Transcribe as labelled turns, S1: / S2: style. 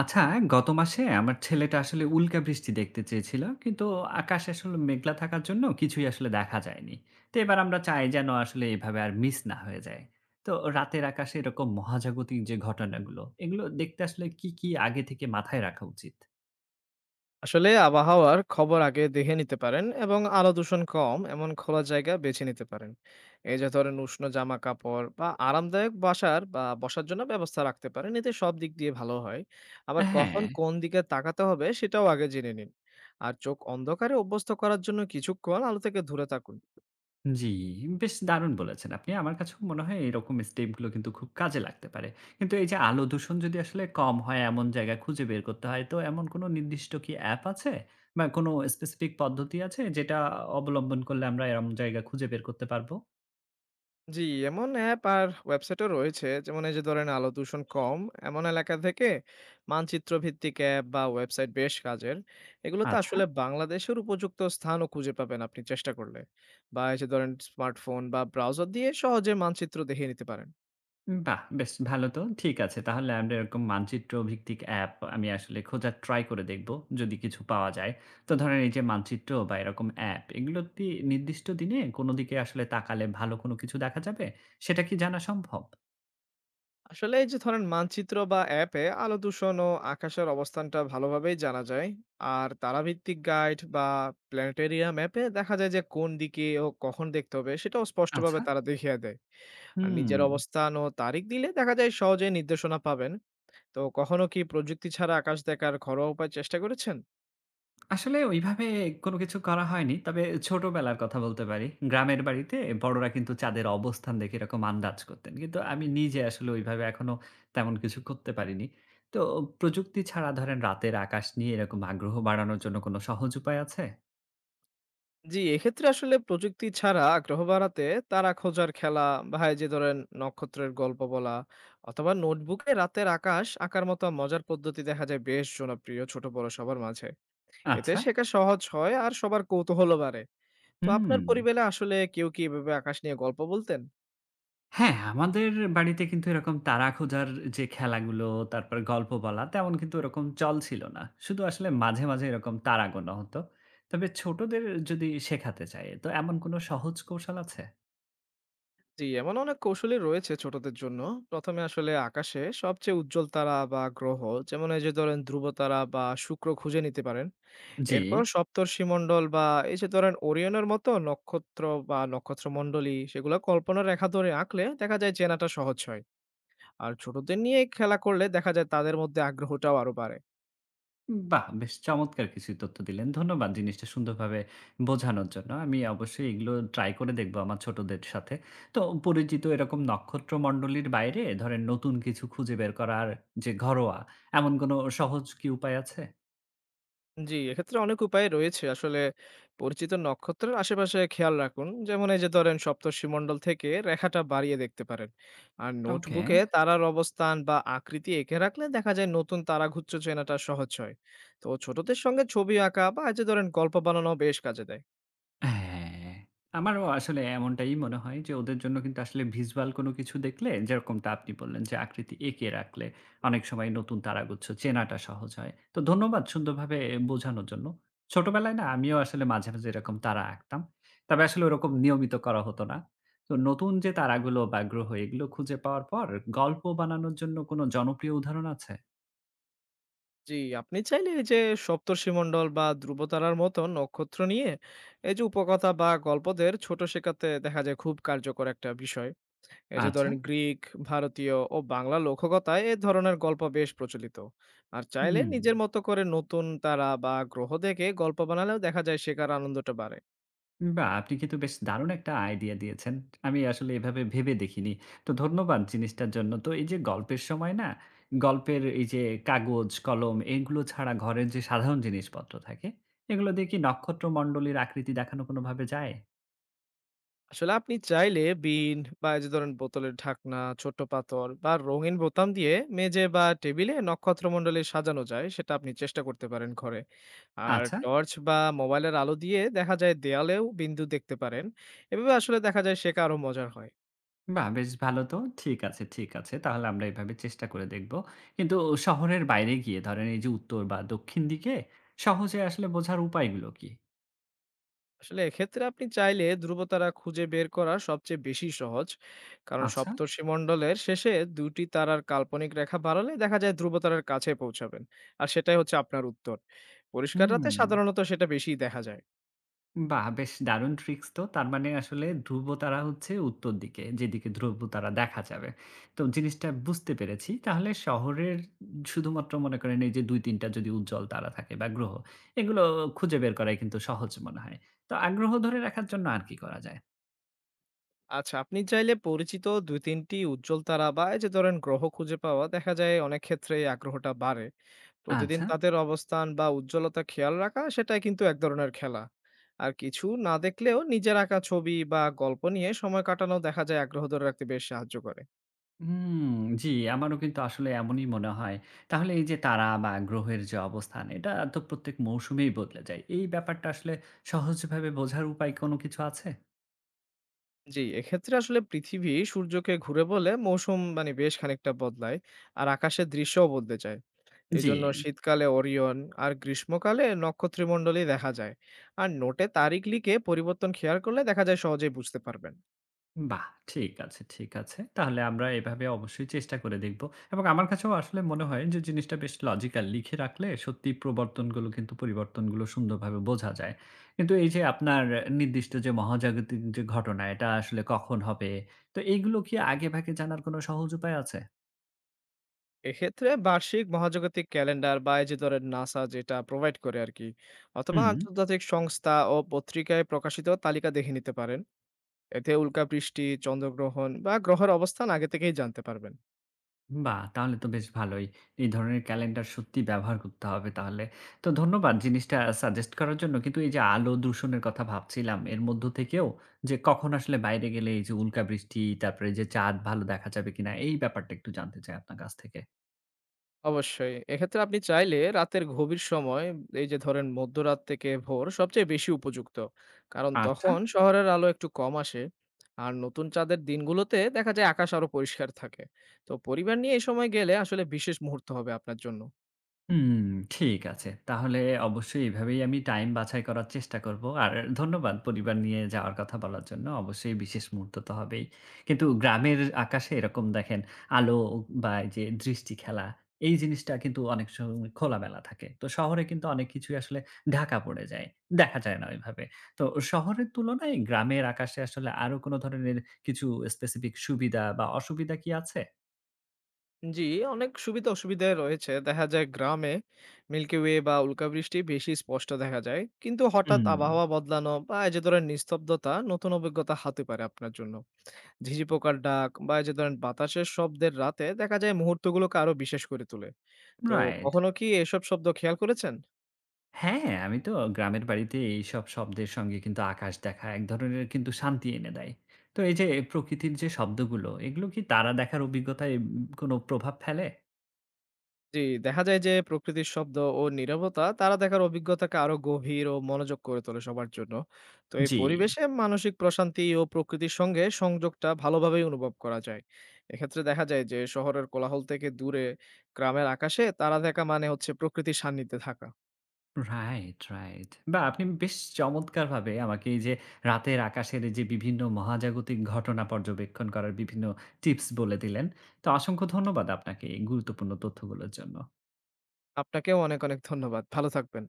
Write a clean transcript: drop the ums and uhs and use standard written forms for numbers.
S1: আচ্ছা, গত মাসে আমার ছেলেটা আসলে উল্কা বৃষ্টি দেখতে চেয়েছিল, কিন্তু আকাশ আসলে মেঘলা থাকার জন্য কিছুই আসলে দেখা যায়নি। তো এবার আমরা চাই যেন আসলে এভাবে আর মিস না হয়ে যায়। তো রাতের আকাশে এরকম মহাজাগতিক যে ঘটনাগুলো, এগুলো দেখতে আসলে কি আগে থেকে মাথায় রাখা উচিত?
S2: আসলে আবহাওয়ার খবর আগে দেখে নিতে পারেন এবং আলো দূষণ কম এমন খোলা জায়গা বেছে নিতে পারেন। এই যে ধরেন উষ্ণ জামা কাপড় বা আরামদায়ক বাসার বা বসার জন্য ব্যবস্থা রাখতে পারেন, এতে সব দিক দিয়ে ভালো হয়। আবার কখন
S1: হ্যাঁ।
S2: কোন দিকে তাকাতে হবে সেটাও আগে জেনে নিন। আর চোখ অন্ধকারে অভ্যস্ত করার জন্য কিছুক্ষণ আলো থেকে দূরে থাকুন।
S1: জি, বেশ দারুণ বলেছেন আপনি। আমার কাছেও মনে হয় এরকম স্টেপগুলো কিন্তু খুব কাজে লাগতে পারে। কিন্তু এই যে আলো দূষণ যদি আসলে কম হয় এমন জায়গা খুঁজে বের করতে হয়, তো এমন কোনো নির্দিষ্ট কি অ্যাপ আছে বা কোনো স্পেসিফিক পদ্ধতি আছে যেটা অবলম্বন করলে আমরা এরম জায়গা খুঁজে বের করতে পারবো?
S2: জি, এমন অ্যাপ আর ওয়েবসাইটও রয়েছে। যেমন এই যে ধরেন আলো দূষণ কম এমন এলাকা থেকে মানচিত্র ভিত্তিক অ্যাপ বা ওয়েবসাইট বেশ কাজের। এগুলোতে
S1: আচ্ছা।
S2: আসলে বাংলাদেশের উপযুক্ত স্থানও খুঁজে পাবেন আপনি চেষ্টা করলে। বা এই যে ধরেন স্মার্টফোন বা ব্রাউজার দিয়ে সহজে মানচিত্র দেখে নিতে পারেন।
S1: বাহ! বেশ ভালো তো। ঠিক আছে। তাহলে আমরা এরকম মানচিত্র ভিত্তিক অ্যাপ আমি আসলে খোঁজার ট্রাই করে দেখব, যদি কিছু পাওয়া যায়। তো ধরেন এই যে মানচিত্র বা এরকম অ্যাপ, এগুলো কি নির্দিষ্ট দিনে কোন দিকে আসলে তাকালে ভালো কোনো কিছু দেখা যাবে? সেটা কি জানা সম্ভব?
S2: আসলে এই যে ধরেন মানচিত্র বা অ্যাপে আলো দূষণ ও আকাশের অবস্থানটা ভালোভাবেই জানা যায়। আর তারাভিত্তিক গাইড বা প্ল্যানেটেরিয়াম অ্যাপে দেখা যায় যে কোন দিকে ও কখন দেখতে হবে সেটাও স্পষ্টভাবে
S1: আচ্ছা।
S2: তারা দেখিয়ে দেয়। আর
S1: হুম।
S2: নিজের অবস্থান ও তারিখ দিলে দেখা যায় সহজেই নির্দেশনা পাবেন। তো কখনো কি প্রযুক্তি ছাড়া আকাশ দেখার ঘরোয়া উপায় চেষ্টা করেছেন?
S1: আসলে ওইভাবে কোনো কিছু করা হয়নি। তবে ছোটবেলার কথা বলতে পারি। গ্রামের বাড়িতে বড়রা কিন্তু চাঁদের অবস্থান দেখে এরকম আন্দাজ করতেন। কিন্তু আমি নিজে আসলে ওইভাবে এখনো তেমন কিছু করতে পারিনি। তো প্রযুক্তি ছাড়া ধরেন রাতের আকাশ নিয়ে এরকম আগ্রহ বাড়ানোর জন্য কোনো সহজ উপায় আছে?
S2: জি, এক্ষেত্রে আসলে প্রযুক্তি ছাড়া আগ্রহ বাড়াতে তারা খোঁজার খেলা বা এই যে ধরেন নক্ষত্রের গল্প বলা অথবা নোটবুকে রাতের আকাশ আঁকার মতো মজার পদ্ধতি দেখা যায় বেশ জনপ্রিয় ছোট বড় সবার মাঝে। এতে
S1: আচ্ছা।
S2: শেখা সহজ হয় আর সবার কৌতূহলও বাড়ে। তো
S1: হুম।
S2: আপনার পরিবেলে আসলে কেউ কি এভাবে আকাশ নিয়ে গল্প বলতেন?
S1: হ্যাঁ, আমাদের বাড়িতে কিন্তু এরকম তারা খোঁজার যে খেলাগুলো, তারপরে গল্প বলা, তেমন কিন্তু ওরকম চল ছিল না। শুধু আসলে মাঝে, মাঝে এরকম তারা গোনা হতো। তবে ছোটদের যদি শেখাতে চাই, তো এমন কোনো সহজ কৌশল আছে?
S2: জি, এমন অনেক কৌশলই রয়েছে ছোটদের জন্য। ১ম এ আসলে আকাশে সবচেয়ে উজ্জ্বল তারা বা গ্রহ যেমন এই যে ধরেন ধ্রুব তারা বা শুক্র খুঁজে নিতে পারেন।
S1: জি।
S2: এরপর সপ্তর্ষিমণ্ডল বা এই যে ধরেন ওরিয়নের মতো নক্ষত্র বা নক্ষত্রমণ্ডলী সেগুলো কল্পনার রেখা ধরে আঁকলে দেখা যায় চেনাটা সহজ হয়। আর ছোটদের নিয়ে খেলা করলে দেখা যায় তাদের মধ্যে আগ্রহটাও আরো বাড়ে।
S1: বাহ! বেশ চমৎকার কিছু তথ্য দিলেন। ধন্যবাদ জিনিসটা সুন্দরভাবে বোঝানোর জন্য। আমি অবশ্যই এগুলো ট্রাই করে দেখব আমার ছোটদের সাথে। তো পরিচিত এরকম নক্ষত্রমণ্ডলীর বাইরে ধরেন নতুন কিছু খুঁজে বের করার যে ঘরোয়া, এমন কোনো সহজ কি উপায় আছে?
S2: জি, এক্ষেত্রে অনেক উপায় রয়েছে। আসলে পরিচিত নক্ষত্রের আশেপাশে খেয়াল রাখুন। যেমন এই যে ধরেন সপ্তর্ষিমণ্ডল থেকে রেখাটা বাড়িয়ে দেখতে পারেন। আর
S1: ওকে।
S2: নোটবুকে তারার অবস্থান বা আকৃতি এঁকে রাখলে দেখা যায় নতুন তারাগুচ্ছ চেনাটা সহজ হয়। তো ছোটদের সঙ্গে ছবি আঁকা বা এই যে ধরেন গল্প বানানো বেশ কাজে দেয়।
S1: হ্যাঁ, আমারও আসলে এমনটাই মনে হয় যে ওদের জন্য কিন্তু আসলে ভিজুয়াল কোনো কিছু দেখলে যেরকমটা আপনি বললেন যে আকৃতি এঁকে রাখলে অনেক সময় নতুন তারাগুচ্ছ চেনাটা সহজ হয়। তো ধন্যবাদ সুন্দরভাবে বোঝানোর জন্য। ছোটবেলায় না আমিও আসলে মাঝে, মাঝে এরকম তারা আঁকতাম। তবে আসলে ওরকম নিয়মিত করা হতো না। তো নতুন যে তারাগুলো বা গ্রহ এগুলো খুঁজে পাওয়ার পর গল্প বানানোর জন্য কোনো জনপ্রিয় উদাহরণ আছে?
S2: জি, আপনি চাইলে এই যে সপ্তর্ষিমণ্ডল বা ধ্রুবতারার মতো নক্ষত্র নিয়ে এই যে উপকথা বা গল্পদের ছোট শেখাতে দেখা যায় খুব কার্যকর একটা বিষয়। এই যে
S1: আচ্ছা,
S2: ধরেন গ্রিক, ভারতীয় ও বাংলা লোককথায় এ ধরনের গল্প বেশ প্রচলিত। আর চাইলে
S1: হুম।
S2: নিজের মতো করে নতুন তারা বা গ্রহ দেখে গল্প বানালেও দেখা যায় শেখার আনন্দটা বাড়ে।
S1: বাহ! আপনি কিন্তু বেশ দারুণ একটা আইডিয়া দিয়েছেন। আমি আসলে এভাবে ভেবে দেখিনি। তো ধন্যবাদ জিনিসটার জন্য। তো এই যে গল্পের সময় না, গল্পের এই যে কাগজ, কলম এগুলো ছাড়া ঘরের যে সাধারণ জিনিসপত্র থাকে, এগুলো দিয়ে কি নক্ষত্রমণ্ডলীর আকৃতি দেখানো কোনোভাবে যায়?
S2: আসলে আপনি চাইলে বিন বা এই যে ধরেন বোতলের ঢাকনা, ছোট্ট পাথর বা রঙিন বোতাম দিয়ে মেঝে বা টেবিলে নক্ষত্রমণ্ডলী সাজানো যায়, সেটা আপনি চেষ্টা করতে পারেন ঘরে। আর
S1: আচ্ছা,
S2: টর্চ বা মোবাইলের আলো দিয়ে দেখা যায় দেয়ালেও বিন্দু দেখতে পারেন। এভাবে আসলে দেখা যায় শেখা আরো মজার হয়।
S1: বাহ! বেশ ভালো তো। ঠিক আছে, ঠিক আছে। তাহলে আমরা এভাবে চেষ্টা করে দেখব। কিন্তু শহরের বাইরে গিয়ে ধরেন এই যে উত্তর বা দক্ষিণ দিকে সহজে আসলে বোঝার উপায়গুলো কি?
S2: আসলে এক্ষেত্রে আপনি চাইলে ধ্রুবতারা খুঁজে বের করা সবচেয়ে বেশি সহজ, কারণ
S1: আচ্ছা,
S2: সপ্তর্ষিমণ্ডলের শেষে দুটি তারার কাল্পনিক রেখা বাড়ালে দেখা যায় ধ্রুবতারার কাছে পৌঁছাবেন। আর সেটাই হচ্ছে আপনার উত্তর। পরিষ্কার
S1: হুম।
S2: রাতে সাধারণত সেটা বেশি দেখা যায়।
S1: বাহ! বেশ দারুণ ট্রিক্স তো। তার মানে আসলে ধ্রুবতারা হচ্ছে উত্তর দিকে, যেদিকে ধ্রুবতারা দেখা যাবে। তো জিনিসটা বুঝতে পেরেছি। তাহলে শহরের শুধুমাত্র মনে করেন এই যে ২-৩ টা যদি উজ্জ্বল তারা থাকে বা গ্রহ, এগুলো খুঁজে বের করাই কিন্তু সহজ মনে হয়। তো আগ্রহ ধরে রাখার জন্য আর কি করা যায়?
S2: আচ্ছা, আপনি চাইলে পরিচিত দুই তিনটি উজ্জ্বল তারা বা এই যে ধরেন গ্রহ খুঁজে পাওয়া দেখা যায় অনেক ক্ষেত্রে এই আগ্রহটা বাড়ে। প্রতিদিন
S1: আচ্ছা।
S2: তাদের অবস্থান বা উজ্জ্বলতা খেয়াল রাখা সেটাই কিন্তু এক ধরনের খেলা। আর কিছু না দেখলেও নিজের আঁকা ছবি বা গল্প নিয়ে সময় কাটানো দেখা যায় আগ্রহ ধরে রাখতে বেশ সাহায্য করে।
S1: হুম, জি, আমারও কিন্তু আসলে এমনই মনে হয়। তাহলে এই যে তারা বা গ্রহের যে অবস্থান, এটা তো প্রত্যেক মৌসুমেই বদলে যায়। এই ব্যাপারটা আসলে সহজভাবে বোঝার উপায় কোনো কিছু আছে?
S2: জি, এক্ষেত্রে আসলে পৃথিবী সূর্যকে ঘুরে বলে মৌসুম মানে বেশ খানিকটা বদলায়। আর আকাশের দৃশ্যও বদলে যায়। এই
S1: জি।
S2: জন্য শীতকালে ওরিয়ন আর গ্রীষ্মকালে নক্ষত্রমণ্ডলী দেখা যায়। আর নোটে তারিখ লিখে পরিবর্তন খেয়াল করলে দেখা যায় সহজেই বুঝতে পারবেন।
S1: বাহ! ঠিক আছে, ঠিক আছে। তাহলে আমরা এভাবে অবশ্যই চেষ্টা করে দেখব। এবং আমার কাছেও আসলে মনে হয় যে জিনিসটা বেশ লজিক্যাল। লিখে রাখলে সত্যিই প্রবর্তনগুলো কিন্তু পরিবর্তনগুলো সুন্দরভাবে বোঝা যায়। কিন্তু এই যে আপনার নির্দিষ্ট যে মহাজাগতিক যে ঘটনা এটা আসলে কখন হবে? তো এইগুলো কি আগেভাগে জানার কোনো সহজ উপায় আছে?
S2: এক্ষেত্রে বার্ষিক মহাজাগতিক ক্যালেন্ডার বা এই যে ধরেন নাসা যেটা প্রোভাইড করে আর কি, অথবা
S1: হুম।
S2: আন্তর্জাতিক সংস্থা ও পত্রিকায় প্রকাশিত তালিকা দেখে নিতে পারেন। এতে উল্কাবৃষ্টি, চন্দ্রগ্রহণ বা গ্রহের অবস্থান আগে থেকেই জানতে পারবেন।
S1: বাহ! তাহলে তো বেশ ভালোই। এই ধরনের ক্যালেন্ডার সত্যিই ব্যবহার করতে হবে তাহলে। তো ধন্যবাদ জিনিসটা সাজেস্ট করার জন্য। কিন্তু এই যে আলো দূষণের কথা ভাবছিলাম, এর মধ্য থেকেও যে কখন আসলে বাইরে গেলে এই যে উল্কা বৃষ্টি, তারপরে এই যে চাঁদ ভালো দেখা যাবে কিনা? এই ব্যাপারটা একটু জানতে চাই আপনার কাছ থেকে।
S2: অবশ্যই এক্ষেত্রে আপনি চাইলে রাতের গভীর সময়, এই যে ধরেন মধ্যরাত থেকে ভোর সবচেয়ে বেশি উপযুক্ত, কারণ
S1: আচ্ছা।
S2: তখন শহরের আলো একটু কম আসে। আর নতুন চাঁদের দিনগুলোতে দেখা যায় আকাশ আরো পরিষ্কার থাকে। তো পরিবার নিয়ে এই সময় গেলে আসলে বিশেষ মুহূর্ত হবে আপনার জন্য।
S1: হুম, ঠিক আছে। তাহলে অবশ্যই এভাবেই আমি টাইম বাছাই করার চেষ্টা করব। আর ধন্যবাদ পরিবার নিয়ে যাওয়ার কথা বলার জন্য। অবশ্যই বিশেষ মুহূর্ত তো হবেই। কিন্তু গ্রামের আকাশে এরকম দেখেন আলো বা এই যে দৃষ্টি খেলা, এই জিনিসটা কিন্তু অনেক সময় খোলামেলা থাকে। তো শহরে কিন্তু অনেক কিছুই আসলে ঢাকা পড়ে যায়। দেখা যায় না ওইভাবে। তো শহরের তুলনায় গ্রামের আকাশে আসলে আরো কোনো ধরনের কিছু স্পেসিফিক সুবিধা বা অসুবিধা কি আছে?
S2: জি, অনেক সুবিধা-অসুবিধা রয়েছে। দেখা যায় গ্রামে মিল্কি ওয়ে বা উল্কা বৃষ্টি বেশি স্পষ্ট দেখা যায়। কিন্তু হঠাৎ
S1: হুম।
S2: আবহাওয়া বদলানো বা এই যে ধরেন নিস্তব্ধতা নতুন অভিজ্ঞতা হতে পারে আপনার জন্য। ঝিঝি পোকার ডাক বা এই যে ধরেন বাতাসের শব্দের রাতে দেখা যায় মুহূর্তগুলোকে আরো বিশেষ করে তোলে। তো
S1: রাইট।
S2: কখনো কি এসব শব্দ খেয়াল করেছেন?
S1: হ্যাঁ, আমি তো গ্রামের বাড়িতে এইসব শব্দের সঙ্গে কিন্তু আকাশ দেখা এক ধরনের কিন্তু শান্তি এনে দেয়। তো এই যে প্রকৃতির যে শব্দগুলো, এগুলো কি তারা দেখার অভিজ্ঞতায় কোনো প্রভাব ফেলে?
S2: জি, দেখা যায় যে প্রকৃতির শব্দ ও নীরবতা তারা দেখার অভিজ্ঞতাকে আরো গভীর ও মনোযোগ করে তোলে সবার জন্য। তো এই
S1: জি।
S2: পরিবেশে মানসিক প্রশান্তি ও প্রকৃতির সঙ্গে সংযোগটা ভালোভাবেই অনুভব করা যায়। এক্ষেত্রে দেখা যায় যে শহরের কোলাহল থেকে দূরে গ্রামের আকাশে তারা দেখা মানে হচ্ছে প্রকৃতির সান্নিধ্যে থাকা।
S1: Right, right. বাহ! আপনি বেশ চমৎকারভাবে আমাকে এই যে রাতের আকাশের এই যে বিভিন্ন মহাজাগতিক ঘটনা পর্যবেক্ষণ করার বিভিন্ন টিপস বলে দিলেন। তো অসংখ্য ধন্যবাদ আপনাকে এই গুরুত্বপূর্ণ তথ্যগুলোর জন্য।
S2: আপনাকেও অনেক অনেক ধন্যবাদ, ভালো থাকবেন।